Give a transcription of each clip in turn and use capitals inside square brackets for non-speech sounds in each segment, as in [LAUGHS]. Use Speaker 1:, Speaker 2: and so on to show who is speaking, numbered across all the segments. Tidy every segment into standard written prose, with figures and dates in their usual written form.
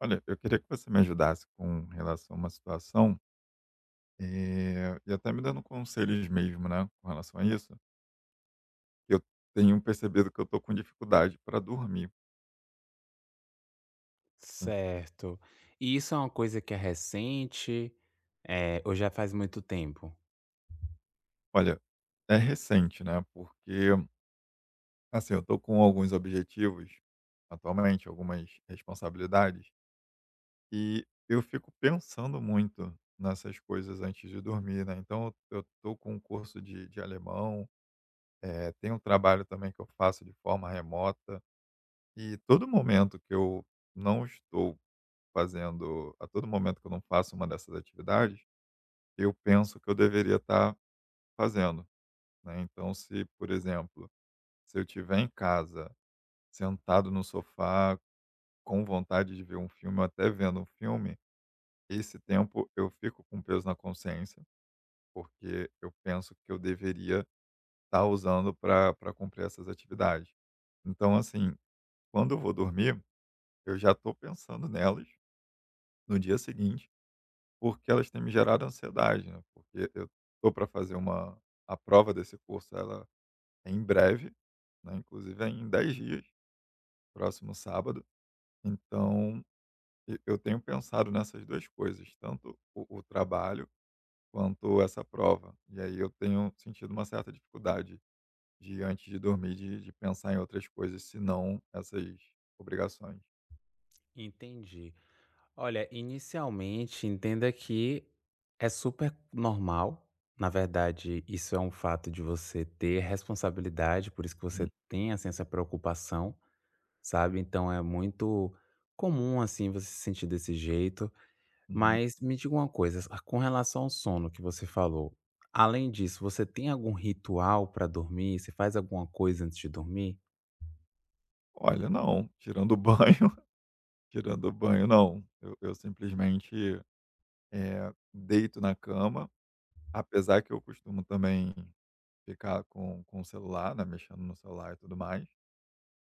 Speaker 1: Olha, eu queria que você me ajudasse com relação a uma situação, e até me dando conselhos mesmo, né, com relação a isso. Eu tenho percebido que eu tô com dificuldade para dormir. En
Speaker 2: Certo. E isso é uma coisa que é recente? É ou já faz muito tempo?
Speaker 1: olha, é recente, né, porque, assim, eu tô com alguns objetivos atualmente, algumas responsabilidades, e eu fico pensando muito nessas coisas antes de dormir, né. Então eu tô com um curso de alemão, tem um trabalho também que eu faço de forma remota. E todo momento que eu não estou fazendo a todo momento que eu não faço uma dessas atividades, eu penso que eu deveria estar fazendo, né. Então se, por exemplo, se eu estiver em casa, sentado no sofá, com vontade de ver um filme ou até vendo um filme, esse tempo eu fico com peso na consciência, porque eu penso que eu deveria estar usando para pra cumprir essas atividades. Então assim, quando eu vou dormir, eu já estou pensando nelas no dia seguinte, porque elas têm me gerado ansiedade, né, porque eu tô para fazer uma a prova desse curso, ela é em breve, né, inclusive é em 10 dias, próximo sábado. Então e eu tenho pensado nessas 2 coisas, tanto o trabalho quanto essa prova. E aí eu tenho sentido uma certa dificuldade de antes de dormir de pensar em outras coisas senão essas obrigações.
Speaker 2: Entendi. Olha, inicialmente, entenda que é super normal. Na verdade, isso é um fato de você ter responsabilidade, por isso que você
Speaker 1: Uhum,
Speaker 2: tem, assim, essa preocupação, sabe? Então é muito comum, assim, você se sentir desse jeito.
Speaker 1: uhum.
Speaker 2: Mas me diga uma coisa, a com relação ao sono que você falou, além disso, você tem algum ritual para dormir? Você faz alguma coisa antes de dormir?
Speaker 1: Olha, não, tirando o banho [LAUGHS] tirando o banho não. Eu simplesmente deito na cama, apesar que eu costumo também ficar com o celular, né, mexendo no celular e tudo mais,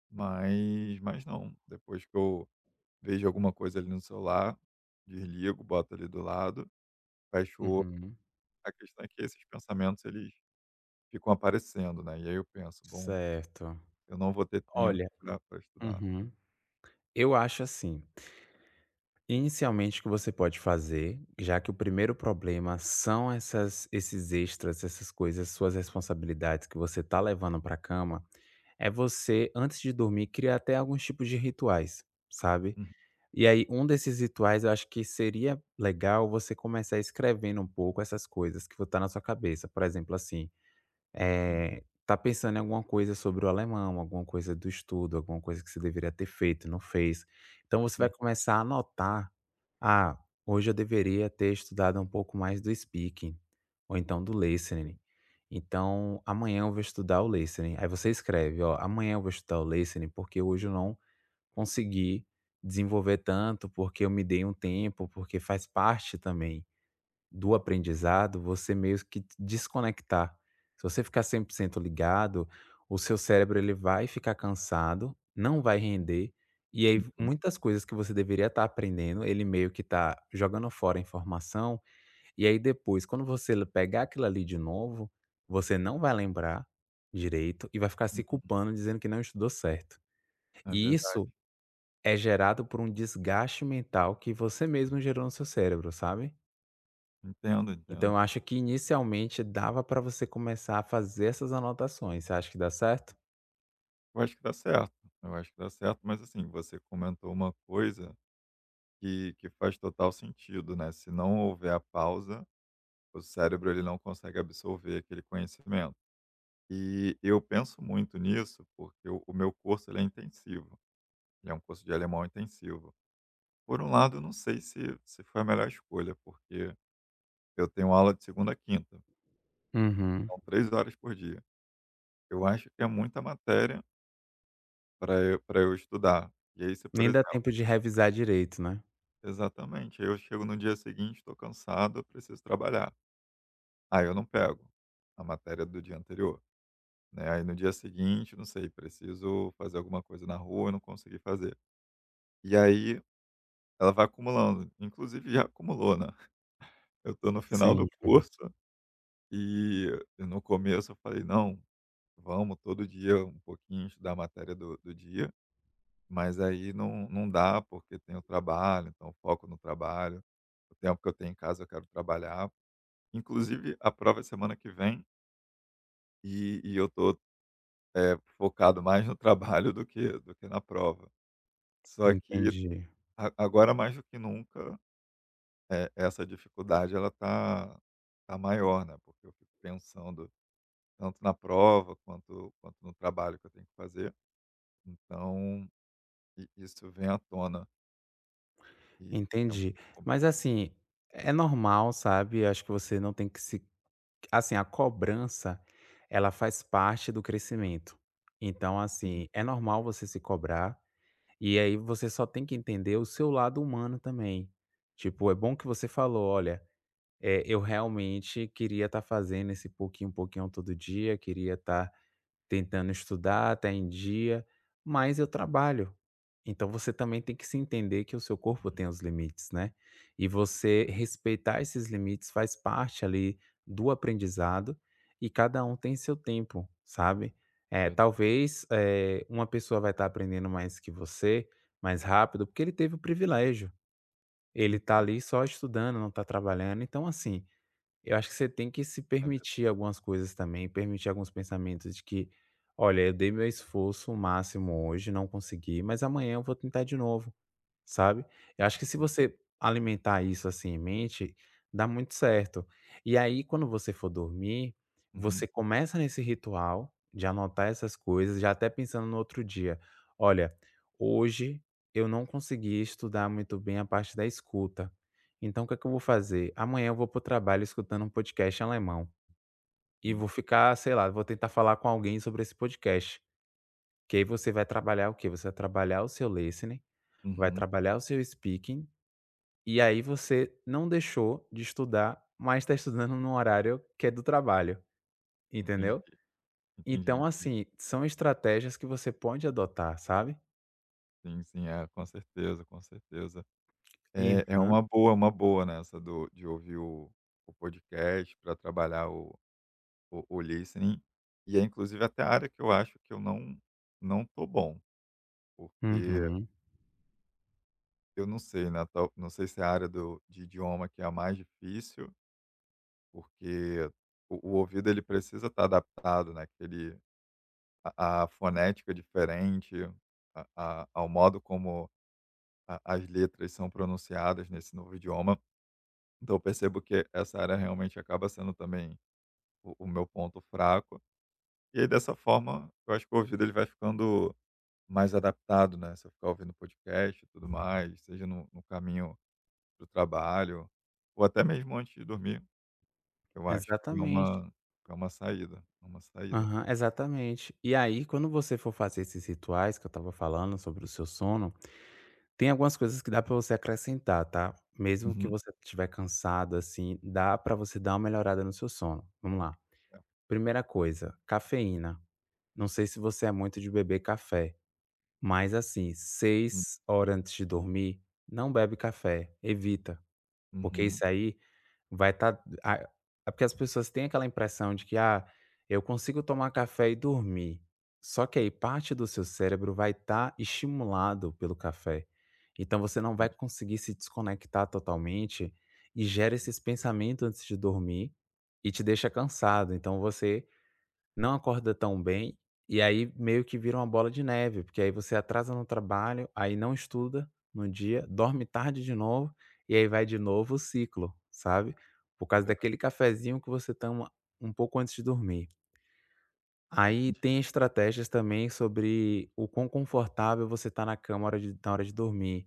Speaker 1: mas não, depois que eu vejo alguma coisa ali no celular, desligo, boto ali do lado, fecho o olho.
Speaker 2: Uhum.
Speaker 1: A questão é que esses pensamentos eles ficam aparecendo, né, e aí eu penso: "Bom,
Speaker 2: Certo.
Speaker 1: eu não vou ter tempo
Speaker 2: Olha,
Speaker 1: para estudar".
Speaker 2: uhum. Eu acho assim, inicialmente o que você pode fazer, já que o primeiro problema são essas esses extras, essas coisas, suas responsabilidades que você tá levando pra cama, é você, antes de dormir, criar até alguns tipos de rituais, sabe?
Speaker 1: Uhum,
Speaker 2: E aí, um desses rituais eu acho que seria legal você começar escrevendo um pouco essas coisas que tá na sua cabeça. Por exemplo, assim, tá pensando em alguma coisa sobre o alemão, alguma coisa do estudo, alguma coisa que você deveria ter feito e não fez. Então você vai
Speaker 1: uhum,
Speaker 2: começar a anotar: "Ah, hoje eu deveria ter estudado um pouco mais do speaking, ou então do
Speaker 1: sim,
Speaker 2: listening. Então amanhã eu vou estudar o listening". Aí você escreve: "Ó, amanhã eu vou estudar o listening, porque hoje eu não consegui desenvolver tanto, porque eu me dei um tempo, porque faz parte também do aprendizado você meio que desconectar. Se você ficar 100% ligado, o seu cérebro ele vai ficar cansado, não vai render, e aí
Speaker 1: uhum,
Speaker 2: muitas coisas que você deveria estar aprendendo, ele meio que está jogando fora a informação, e aí depois, quando você pegar aquilo ali de novo, você não vai lembrar direito e vai ficar se
Speaker 1: uhum.
Speaker 2: culpando, dizendo que não estudou certo.
Speaker 1: É
Speaker 2: E
Speaker 1: verdade.
Speaker 2: isso é gerado por um desgaste mental que você mesmo gerou no seu cérebro, sabe.
Speaker 1: Entendo,
Speaker 2: Então
Speaker 1: entendo.
Speaker 2: eu acho que inicialmente dava para você começar a fazer essas anotações, você acha que dá certo?
Speaker 1: Eu acho que dá certo, eu acho que dá certo, mas assim, você comentou uma coisa que faz total sentido, né, se não houver a pausa, o cérebro ele não consegue absorver aquele conhecimento. E eu penso muito nisso, porque o meu curso ele é intensivo, ele é um curso de alemão intensivo. Por um lado eu não sei se foi a melhor escolha, porque eu tenho aula de segunda a quinta,
Speaker 2: Uhum.
Speaker 1: são 3 horas por dia. Eu acho que é muita matéria para eu pra eu estudar. E aí se, por
Speaker 2: Nem dá tempo
Speaker 1: exemplo,
Speaker 2: de revisar direito, né.
Speaker 1: exatamente. Aí eu chego no dia seguinte, estou cansado, eu preciso trabalhar. Aí eu não pego a matéria do dia anterior, né? Aí no dia seguinte, não sei, preciso fazer alguma coisa na rua, eu não consegui fazer. E aí ela vai acumulando, inclusive já acumulou, né? [LAUGHS] Eu estou no final, uhum,
Speaker 2: Sim,
Speaker 1: do
Speaker 2: uhum.
Speaker 1: curso e no começo eu falei, não, vamos todo dia um pouquinho estudar a matéria do dia, mas aí não, não dá porque tem o trabalho, então foco no trabalho. O tempo que eu tenho em casa eu quero trabalhar. Inclusive, a prova é semana que vem e eu tô, focado mais no trabalho do que na prova. Só que
Speaker 2: Entendi,
Speaker 1: a agora mais do que nunca, essa dificuldade ela tá maior, né, porque eu fico pensando tanto na prova quanto no trabalho que eu tenho que fazer, então i isso vem à tona e é um pouco
Speaker 2: entendi. Mas
Speaker 1: complicado.
Speaker 2: assim, é normal, sabe, acho que você não tem que se assim, a cobrança, ela faz parte do crescimento. Então
Speaker 1: Uhum,
Speaker 2: assim, é normal você se cobrar. E aí você só tem que entender o seu lado humano também. Tipo, é bom que você falou: "Olha, eu realmente queria estar fazendo esse pouquinho, pouquinho todo dia, queria estar tentando estudar, tá em dia, mas eu trabalho. Então você também tem que se entender que o seu corpo
Speaker 1: uhum.
Speaker 2: tem os limites, né? E você
Speaker 1: É
Speaker 2: respeitar esses limites faz parte ali do aprendizado e cada um tem seu tempo, sabe? É,
Speaker 1: verdade.
Speaker 2: talvez é, uma pessoa vai estar aprendendo mais que você, mais rápido, porque ele teve o privilégio. Ele tá
Speaker 1: Uhum.
Speaker 2: ali só estudando, não tá trabalhando. Então, assim, eu acho que você tem que se
Speaker 1: É verdade.
Speaker 2: permitir algumas coisas também, permitir alguns pensamentos de que: "Olha, eu dei meu esforço máximo hoje, não consegui, mas amanhã eu vou tentar de novo". Sabe? Eu acho que se você alimentar isso assim em mente, dá muito certo. E aí, quando você for dormir,
Speaker 1: Uhum,
Speaker 2: você começa nesse ritual de anotar essas coisas, já até pensando no outro dia. Olha, hoje eu não consegui estudar muito bem a parte da escuta. Então, o que é que eu vou fazer? Amanhã eu vou para o trabalho escutando um podcast alemão. E
Speaker 1: sim.
Speaker 2: vou ficar, sei lá, vou tentar falar com alguém sobre esse podcast. Que aí você vai trabalhar o quê? Você vai trabalhar o seu listening, vai
Speaker 1: Uhum.
Speaker 2: trabalhar o seu speaking e aí você não deixou de estudar, mas está estudando num horário que é do trabalho,
Speaker 1: Entendi,
Speaker 2: entendeu?
Speaker 1: entendi,
Speaker 2: Então,
Speaker 1: entendi.
Speaker 2: assim, são estratégias que você pode adotar, sabe?
Speaker 1: Sim, sim. É, com certeza, com certeza. É, é
Speaker 2: Aham.
Speaker 1: uma boa, nessa do de ouvir o podcast para trabalhar o o listening. E é inclusive até a área que eu acho que eu não tô bom, porque
Speaker 2: Uhum.
Speaker 1: eu não sei, né, tal não sei se é a área do de idioma que é a mais difícil, porque o ouvido ele precisa estar adaptado, né, que ele a fonética é diferente, a a ao modo como a as letras são pronunciadas nesse novo idioma. Então eu percebo que essa área realmente acaba sendo também o meu ponto fraco. E aí, dessa forma, eu acho que o ouvido ele vai ficando mais adaptado, né? Se eu ficar ouvindo podcast e tudo mais, seja no caminho do trabalho, ou até mesmo antes de dormir, eu acho que
Speaker 2: Exatamente.
Speaker 1: é uma saída. É uma saída.
Speaker 2: Aham, exatamente. E aí, quando você for fazer esses rituais que eu estava falando sobre o seu sono, tem algumas coisas que dá para você acrescentar, tá? Mesmo que
Speaker 1: Uhum,
Speaker 2: você estiver cansado, assim, dá para você dar uma melhorada no seu sono. Vamos lá. Primeira coisa, cafeína. Não sei se você é muito de beber café. Mas assim,
Speaker 1: uhum,
Speaker 2: 6 horas antes de dormir, não bebe café, evita, porque
Speaker 1: uhum,
Speaker 2: isso aí vai estar é porque as pessoas têm aquela impressão de que: "Ah, eu consigo tomar café e dormir". Só que aí parte do seu cérebro vai estar estimulado pelo café, então você não vai
Speaker 1: entendi,
Speaker 2: conseguir se desconectar totalmente e gera esses pensamentos antes de dormir e te deixa cansado, então você não acorda tão bem, e aí meio que vira uma bola de neve, porque aí você atrasa no trabalho, aí não estuda no dia, dorme tarde de novo, e aí vai de novo o ciclo, sabe. Por
Speaker 1: é
Speaker 2: causa daquele
Speaker 1: verdade,
Speaker 2: cafezinho que você toma um pouco antes de dormir. Aí
Speaker 1: entendi.
Speaker 2: tem estratégias também sobre o quão confortável você está na cama hora de na hora de dormir.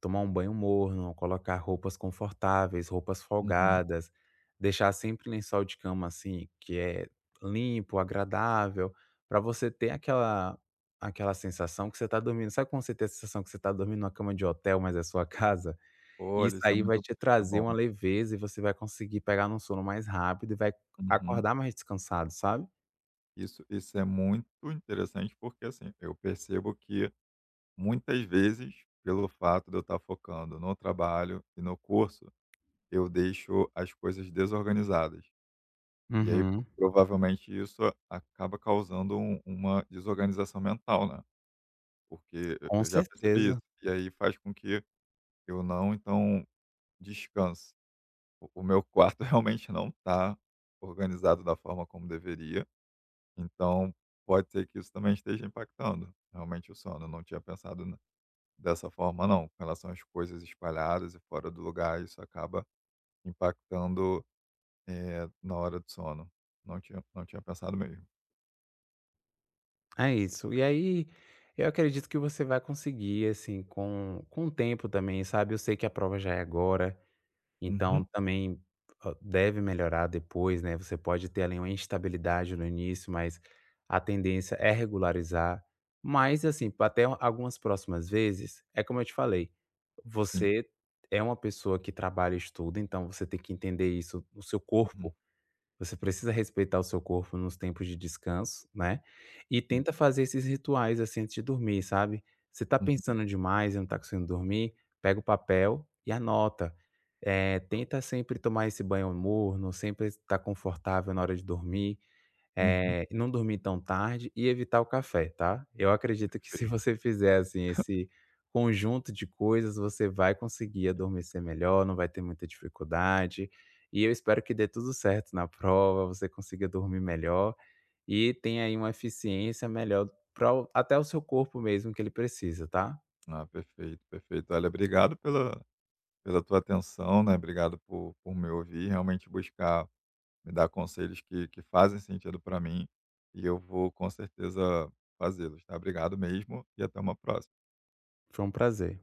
Speaker 2: Tomar um banho morno, colocar roupas confortáveis, roupas
Speaker 1: Uhum.
Speaker 2: folgadas, deixar sempre lençol de cama, assim, que é limpo, agradável, para você ter aquela sensação que você está dormindo. Sabe quando você tem a sensação que você está dormindo numa cama de hotel, mas é sua [LAUGHS] casa? Isso
Speaker 1: Olha,
Speaker 2: aí vai te
Speaker 1: isso é
Speaker 2: trazer
Speaker 1: bom.
Speaker 2: uma leveza e você vai conseguir pegar num sono mais rápido e vai
Speaker 1: Uhum.
Speaker 2: acordar mais descansado, sabe?
Speaker 1: Isso é muito interessante porque, assim, eu percebo que muitas vezes, pelo fato de eu estar focando no trabalho e no curso, eu deixo as coisas desorganizadas. E aí,
Speaker 2: Uhum.
Speaker 1: provavelmente, isso acaba causando uma desorganização mental, né, porque eu
Speaker 2: Com
Speaker 1: eu já percebi isso.
Speaker 2: certeza,
Speaker 1: E aí faz com que eu não, então, descanse. O meu quarto [LAUGHS] realmente não está organizado da forma como deveria, então pode ser que isso também esteja impactando, realmente, o sono. Eu não tinha pensado dessa forma, não. Com relação às coisas espalhadas e fora do lugar, isso acaba impactando, na hora do sono. Não tinha pensado mesmo.
Speaker 2: é isso. E aí, eu acredito que você vai conseguir, assim, com o tempo também, sabe. Eu sei que a prova já é agora, então
Speaker 1: Uhum,
Speaker 2: também, deve melhorar depois, né. Você pode ter ali uma instabilidade no início, mas a tendência é regularizar. Mas, assim, pra até algumas próximas vezes, é como eu te falei,
Speaker 1: sim.
Speaker 2: você é uma pessoa que trabalha e estuda, então você tem que entender isso, o seu
Speaker 1: Uhum,
Speaker 2: corpo. Você precisa respeitar o seu corpo nos tempos de descanso, né, e
Speaker 1: sim.
Speaker 2: tenta fazer esses rituais, assim, antes de dormir, sabe. Você tá
Speaker 1: Uhum,
Speaker 2: pensando demais e não tá conseguindo dormir, pega o papel e anota. Tenta sempre tomar esse banho morno, sempre estar confortável na hora de dormir,
Speaker 1: uhum.
Speaker 2: não dormir tão tarde e evitar o café, tá? Eu acredito que se
Speaker 1: Perfeito.
Speaker 2: você fizer, assim, esse conjunto de coisas, você vai conseguir adormecer melhor, não vai ter muita dificuldade. E eu espero que dê tudo certo na prova, você consiga dormir melhor e tenha aí uma eficiência melhor para até o seu corpo mesmo que ele precisa, tá?
Speaker 1: Ah, perfeito, perfeito. Olha, obrigado pela tua atenção, né, obrigado por me ouvir, realmente buscar me dar conselhos que fazem sentido para mim, e eu vou com certeza fazê-los, tá. Obrigado mesmo e até uma próxima.
Speaker 2: Foi um prazer.